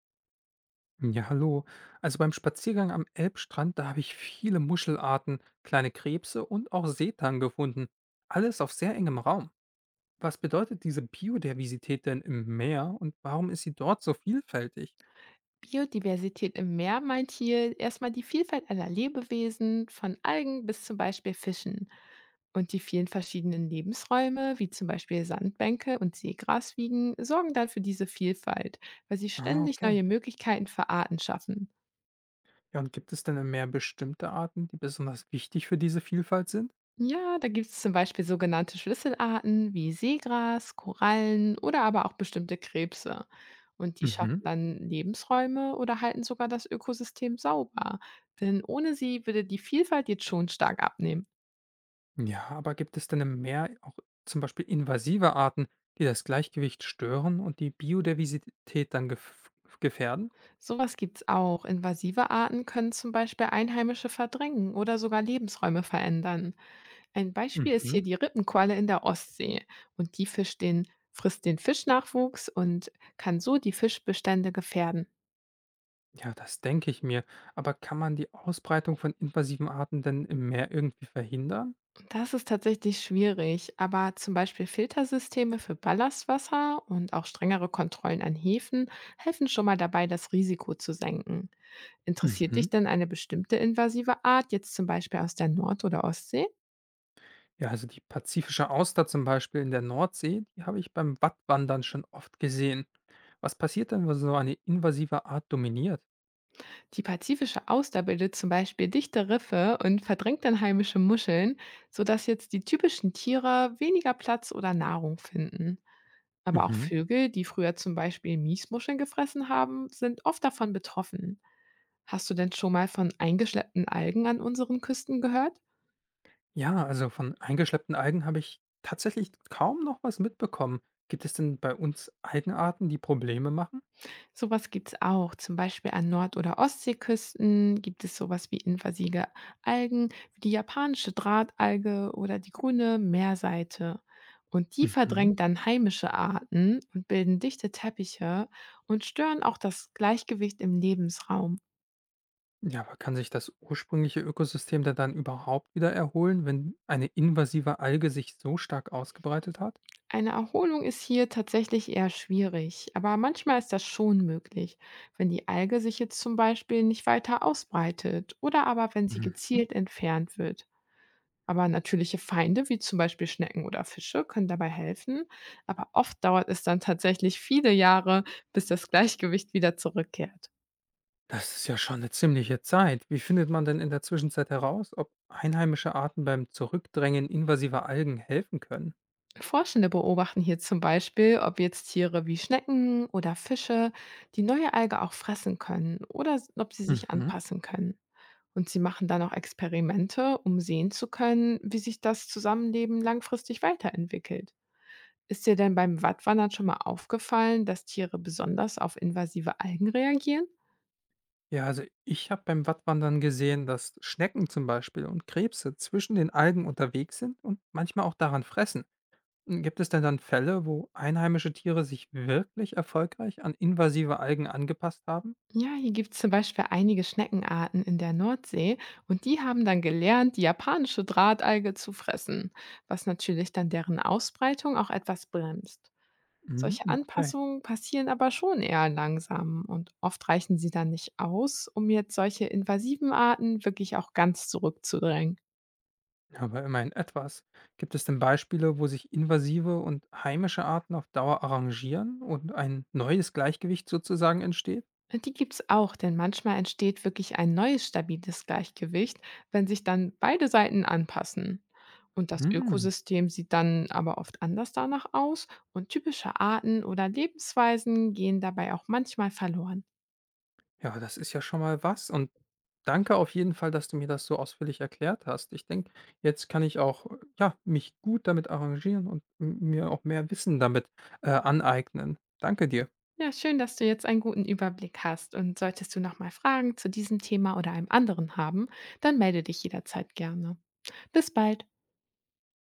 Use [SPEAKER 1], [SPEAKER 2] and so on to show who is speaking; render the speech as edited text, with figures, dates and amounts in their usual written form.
[SPEAKER 1] Ja, hallo. Also beim Spaziergang am Elbstrand, da habe ich viele Muschelarten, kleine Krebse und auch Seetang gefunden. Alles auf sehr engem Raum. Was bedeutet diese Biodiversität denn im Meer und warum ist sie dort so vielfältig?
[SPEAKER 2] Biodiversität im Meer meint hier erstmal die Vielfalt aller Lebewesen, von Algen bis zum Beispiel Fischen. Und die vielen verschiedenen Lebensräume, wie zum Beispiel Sandbänke und Seegraswiegen, sorgen dann für diese Vielfalt, weil sie
[SPEAKER 1] Ah,
[SPEAKER 2] ständig
[SPEAKER 1] okay.
[SPEAKER 2] neue Möglichkeiten für Arten schaffen.
[SPEAKER 1] Ja, und gibt es denn im Meer bestimmte Arten, die besonders wichtig für diese Vielfalt sind?
[SPEAKER 2] Ja, da gibt es zum Beispiel sogenannte Schlüsselarten wie Seegras, Korallen oder aber auch bestimmte Krebse. Und die schaffen
[SPEAKER 1] Mhm.
[SPEAKER 2] dann Lebensräume oder halten sogar das Ökosystem sauber. Denn ohne sie würde die Vielfalt jetzt schon stark abnehmen.
[SPEAKER 1] Ja, aber gibt es denn im Meer auch zum Beispiel invasive Arten, die das Gleichgewicht stören und die Biodiversität dann gefährden?
[SPEAKER 2] Sowas gibt's auch. Invasive Arten können zum Beispiel Einheimische verdrängen oder sogar Lebensräume verändern. Ein Beispiel ist
[SPEAKER 1] Mhm.
[SPEAKER 2] hier die Rippenqualle in der Ostsee. Und die Fisch den, Frisst den Fischnachwuchs und kann so die Fischbestände gefährden.
[SPEAKER 1] Ja, das denke ich mir. Aber kann man die Ausbreitung von invasiven Arten denn im Meer irgendwie verhindern?
[SPEAKER 2] Das ist tatsächlich schwierig, aber zum Beispiel Filtersysteme für Ballastwasser und auch strengere Kontrollen an Häfen helfen schon mal dabei, das Risiko zu senken. Interessiert
[SPEAKER 1] Mhm.
[SPEAKER 2] dich denn eine bestimmte invasive Art, jetzt zum Beispiel aus der Nord- oder Ostsee?
[SPEAKER 1] Ja, also die pazifische Auster zum Beispiel in der Nordsee, die habe ich beim Wattwandern schon oft gesehen. Was passiert denn, wenn so eine invasive Art dominiert?
[SPEAKER 2] Die pazifische Auster bildet zum Beispiel dichte Riffe und verdrängt dann heimische Muscheln, sodass jetzt die typischen Tiere weniger Platz oder Nahrung finden. Aber auch
[SPEAKER 1] Mhm.
[SPEAKER 2] Vögel, die früher zum Beispiel Miesmuscheln gefressen haben, sind oft davon betroffen. Hast du denn schon mal von eingeschleppten Algen an unseren Küsten gehört?
[SPEAKER 1] Ja, also von eingeschleppten Algen habe ich tatsächlich kaum noch was mitbekommen. Gibt es denn bei uns Algenarten, die Probleme machen?
[SPEAKER 2] Sowas gibt's auch. Zum Beispiel an Nord- oder Ostseeküsten gibt es sowas wie invasive Algen, wie die japanische Drahtalge oder die grüne Meerseite. Und die
[SPEAKER 1] Mhm.
[SPEAKER 2] verdrängen dann heimische Arten und bilden dichte Teppiche und stören auch das Gleichgewicht im Lebensraum.
[SPEAKER 1] Ja, aber kann sich das ursprüngliche Ökosystem denn dann überhaupt wieder erholen, wenn eine invasive Alge sich so stark ausgebreitet hat?
[SPEAKER 2] Eine Erholung ist hier tatsächlich eher schwierig, aber manchmal ist das schon möglich, wenn die Alge sich jetzt zum Beispiel nicht weiter ausbreitet oder aber wenn sie
[SPEAKER 1] Mhm.
[SPEAKER 2] gezielt entfernt wird. Aber natürliche Feinde wie zum Beispiel Schnecken oder Fische können dabei helfen, aber oft dauert es dann tatsächlich viele Jahre, bis das Gleichgewicht wieder zurückkehrt.
[SPEAKER 1] Das ist ja schon eine ziemliche Zeit. Wie findet man denn in der Zwischenzeit heraus, ob einheimische Arten beim Zurückdrängen invasiver Algen helfen können?
[SPEAKER 2] Forschende beobachten hier zum Beispiel, ob jetzt Tiere wie Schnecken oder Fische die neue Alge auch fressen können oder s- ob sie sich
[SPEAKER 1] Mhm.
[SPEAKER 2] anpassen können. Und sie machen dann auch Experimente, um sehen zu können, wie sich das Zusammenleben langfristig weiterentwickelt. Ist dir denn beim Wattwandern schon mal aufgefallen, dass Tiere besonders auf invasive Algen reagieren?
[SPEAKER 1] Ja, also ich habe beim Wattwandern gesehen, dass Schnecken zum Beispiel und Krebse zwischen den Algen unterwegs sind und manchmal auch daran fressen. Hm, gibt es denn dann Fälle, wo einheimische Tiere sich wirklich erfolgreich an invasive Algen angepasst haben?
[SPEAKER 2] Ja, hier gibt es zum Beispiel einige Schneckenarten in der Nordsee und die haben dann gelernt, die japanische Drahtalge zu fressen, was natürlich dann deren Ausbreitung auch etwas bremst.
[SPEAKER 1] Mhm,
[SPEAKER 2] Solche
[SPEAKER 1] okay,
[SPEAKER 2] Anpassungen passieren aber schon eher langsam und oft reichen sie dann nicht aus, um jetzt solche invasiven Arten wirklich auch ganz zurückzudrängen.
[SPEAKER 1] aber immerhin etwas. Gibt es denn Beispiele, wo sich invasive und heimische Arten auf Dauer arrangieren und ein neues Gleichgewicht sozusagen entsteht?
[SPEAKER 2] Die gibt's auch, denn manchmal entsteht wirklich ein neues stabiles Gleichgewicht, wenn sich dann beide Seiten anpassen. Und das
[SPEAKER 1] Mhm.
[SPEAKER 2] Ökosystem sieht dann aber oft anders danach aus und typische Arten oder Lebensweisen gehen dabei auch manchmal verloren.
[SPEAKER 1] Ja, das ist ja schon mal was und danke auf jeden Fall, dass du mir das so ausführlich erklärt hast. Ich denke, jetzt kann ich auch ja, mich gut damit arrangieren und mir auch mehr Wissen damit aneignen. Danke dir.
[SPEAKER 2] Ja, schön, dass du jetzt einen guten Überblick hast und solltest du nochmal Fragen zu diesem Thema oder einem anderen haben, dann melde dich jederzeit gerne. Bis bald.